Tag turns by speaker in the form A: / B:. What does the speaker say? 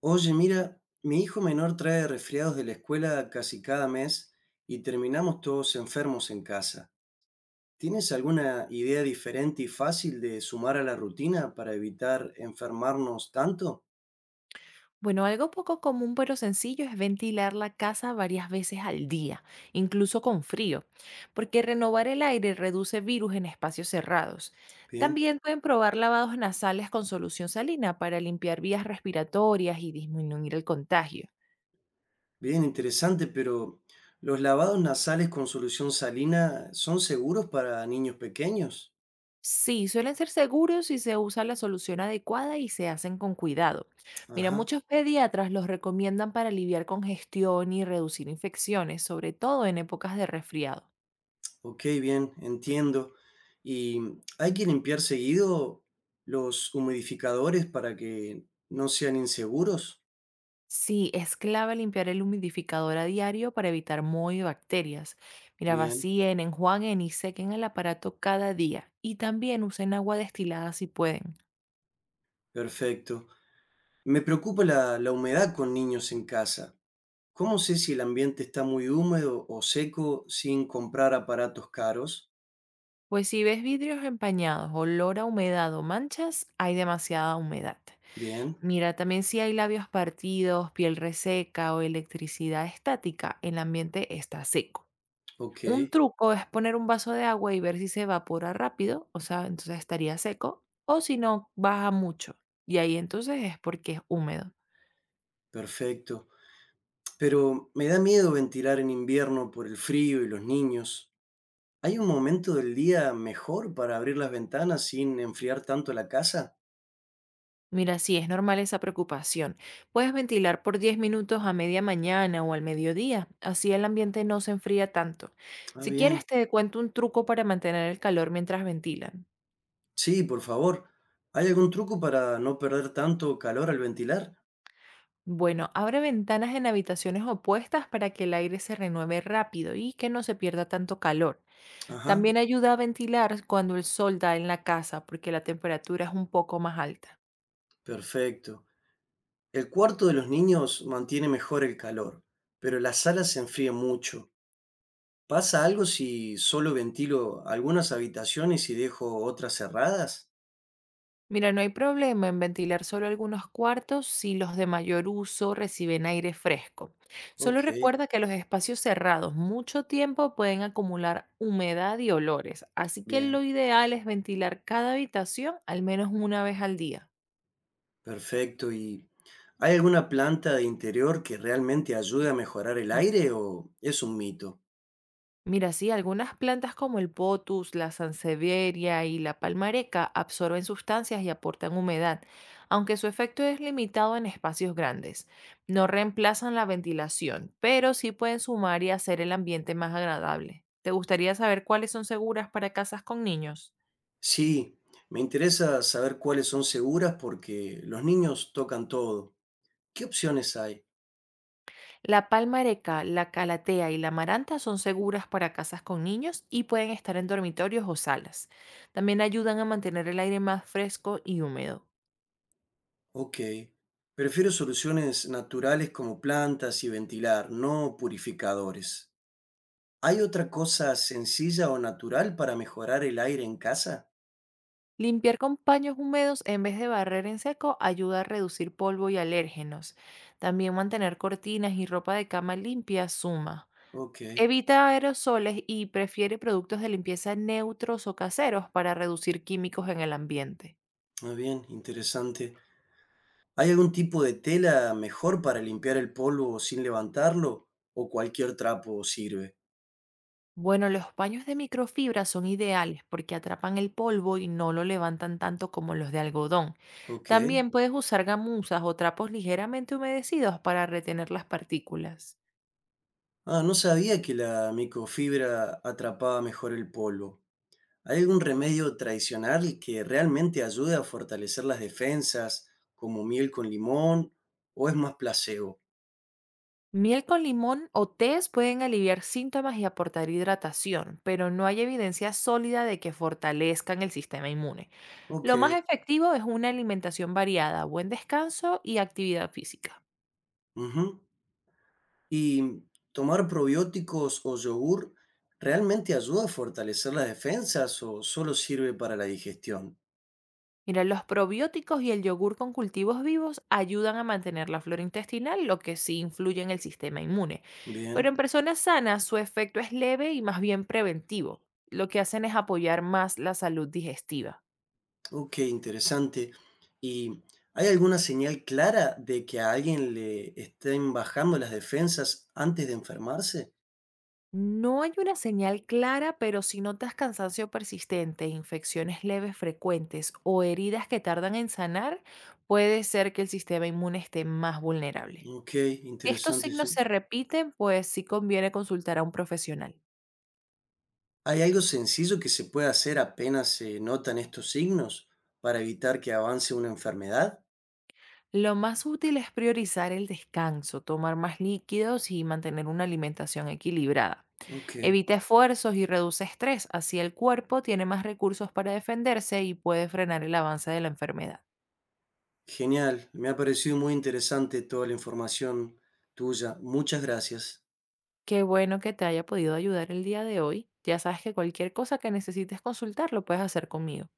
A: Oye, mira, mi hijo menor trae resfriados de la escuela casi cada mes y terminamos todos enfermos en casa. ¿Tienes alguna idea diferente y fácil de sumar a la rutina para evitar enfermarnos tanto?
B: Bueno, algo poco común pero sencillo es ventilar la casa varias veces al día, incluso con frío, porque renovar el aire reduce virus en espacios cerrados.
A: Bien,
B: También pueden probar lavados nasales con solución salina para limpiar vías respiratorias y disminuir el contagio.
A: bien, interesante, pero ¿los lavados nasales con solución salina son seguros para niños pequeños?
B: Sí, suelen ser seguros si se usa la solución adecuada y se hacen con cuidado. Mira,
A: Ajá,
B: muchos pediatras los recomiendan para aliviar congestión y reducir infecciones, sobre todo en épocas de resfriado.
A: ok, bien, entiendo. ¿Y hay que limpiar seguido los humidificadores para que no sean inseguros?
B: Sí, es clave limpiar el humidificador a diario para evitar moho y bacterias. Mira,
A: Bien,
B: vacíen, enjuaguen y sequen el aparato cada día. Y también usen agua destilada si pueden.
A: perfecto. Me preocupa la humedad con niños en casa. ¿Cómo sé si el ambiente está muy húmedo o seco sin comprar aparatos caros?
B: Pues si ves vidrios empañados, olor a humedad o manchas, hay demasiada humedad.
A: Bien,
B: Mira, también si hay labios partidos, piel reseca o electricidad estática, el ambiente está seco.
A: ok,
B: Un truco es poner un vaso de agua y ver si se evapora rápido, o sea, entonces estaría seco, o si no, baja mucho. Y ahí entonces es porque es húmedo.
A: perfecto. Pero me da miedo ventilar en invierno por el frío y los niños. ¿Hay un momento del día mejor para abrir las ventanas sin enfriar tanto la casa?
B: Mira, sí, es normal esa preocupación. Puedes ventilar por 10 minutos a media mañana o al mediodía, así el ambiente no se enfría tanto.
A: Ah,
B: Si
A: bien.
B: quieres, te cuento un truco para mantener el calor mientras ventilan.
A: Sí, por favor. ¿Hay algún truco para no perder tanto calor al ventilar?
B: Bueno, abre ventanas en habitaciones opuestas para que el aire se renueve rápido y que no se pierda tanto calor.
A: Ajá,
B: También ayuda a ventilar cuando el sol da en la casa porque la temperatura es un poco más alta.
A: perfecto. El cuarto de los niños mantiene mejor el calor, pero la sala se enfría mucho. ¿Pasa algo si solo ventilo algunas habitaciones y dejo otras cerradas?
B: Mira, no hay problema en ventilar solo algunos cuartos si los de mayor uso reciben aire fresco. Solo
A: Ok,
B: recuerda que los espacios cerrados mucho tiempo pueden acumular humedad y olores, así que
A: bien,
B: lo ideal es ventilar cada habitación al menos una vez al día.
A: perfecto. ¿Y hay alguna planta de interior que realmente ayude a mejorar el
B: Mm.
A: aire o es un mito?
B: Mira, sí, algunas plantas como el potus, la sansevieria y la palmareca absorben sustancias y aportan humedad, aunque su efecto es limitado en espacios grandes. No reemplazan la ventilación, pero sí pueden sumar y hacer el ambiente más agradable. ¿Te gustaría saber cuáles son seguras para casas con niños?
A: Sí, me interesa saber cuáles son seguras porque los niños tocan todo. ¿Qué opciones hay?
B: La palmareca, la calatea y la maranta son seguras para casas con niños y pueden estar en dormitorios o salas. También ayudan a mantener el aire más fresco y húmedo.
A: Ok. Prefiero soluciones naturales como plantas y ventilar, no purificadores. ¿Hay otra cosa sencilla o natural para mejorar el aire en casa?
B: Limpiar con paños húmedos en vez de barrer en seco ayuda a reducir polvo y alérgenos. También mantener cortinas y ropa de cama limpia suma.
A: Ok,
B: Evita aerosoles y prefiere productos de limpieza neutros o caseros para reducir químicos en el ambiente.
A: muy bien, interesante. ¿Hay algún tipo de tela mejor para limpiar el polvo sin levantarlo? ¿O cualquier trapo sirve?
B: Bueno, los paños de microfibra son ideales porque atrapan el polvo y no lo levantan tanto como los de algodón.
A: Ok.
B: También puedes usar gamuzas o trapos ligeramente humedecidos para retener las partículas.
A: Ah, no sabía que la microfibra atrapaba mejor el polvo. ¿Hay algún remedio tradicional que realmente ayude a fortalecer las defensas, como miel con limón, o es más placebo?
B: Miel con limón o tés pueden aliviar síntomas y aportar hidratación, pero no hay evidencia sólida de que fortalezcan el sistema inmune.
A: Ok.
B: Lo más efectivo es una alimentación variada, buen descanso y actividad física.
A: Ujú. ¿Y tomar probióticos o yogur realmente ayuda a fortalecer las defensas o solo sirve para la digestión?
B: Mira, los probióticos y el yogur con cultivos vivos ayudan a mantener la flora intestinal, lo que sí influye en el sistema inmune. Pero
A: Bien.
B: en personas sanas su efecto es leve y más bien preventivo. Lo que hacen es apoyar más la salud digestiva.
A: Ok, interesante. ¿Y hay alguna señal clara de que a alguien le estén bajando las defensas antes de enfermarse?
B: No hay una señal clara, pero si notas cansancio persistente, infecciones leves frecuentes o heridas que tardan en sanar, puede ser que el sistema inmune esté más vulnerable.
A: Ok,
B: Si estos
A: interesante, sí.
B: signos se repiten, pues sí conviene consultar a un profesional.
A: ¿Hay algo sencillo que se pueda hacer apenas se notan estos signos para evitar que avance una enfermedad?
B: Lo más útil es priorizar el descanso, tomar más líquidos y mantener una alimentación equilibrada.
A: Ok,
B: Evita esfuerzos y reduce estrés, así el cuerpo tiene más recursos para defenderse y puede frenar el avance de la enfermedad.
A: genial. Me ha parecido muy interesante toda la información tuya. Muchas gracias.
B: Qué bueno que te haya podido ayudar el día de hoy. Ya sabes que cualquier cosa que necesites consultar lo puedes hacer conmigo.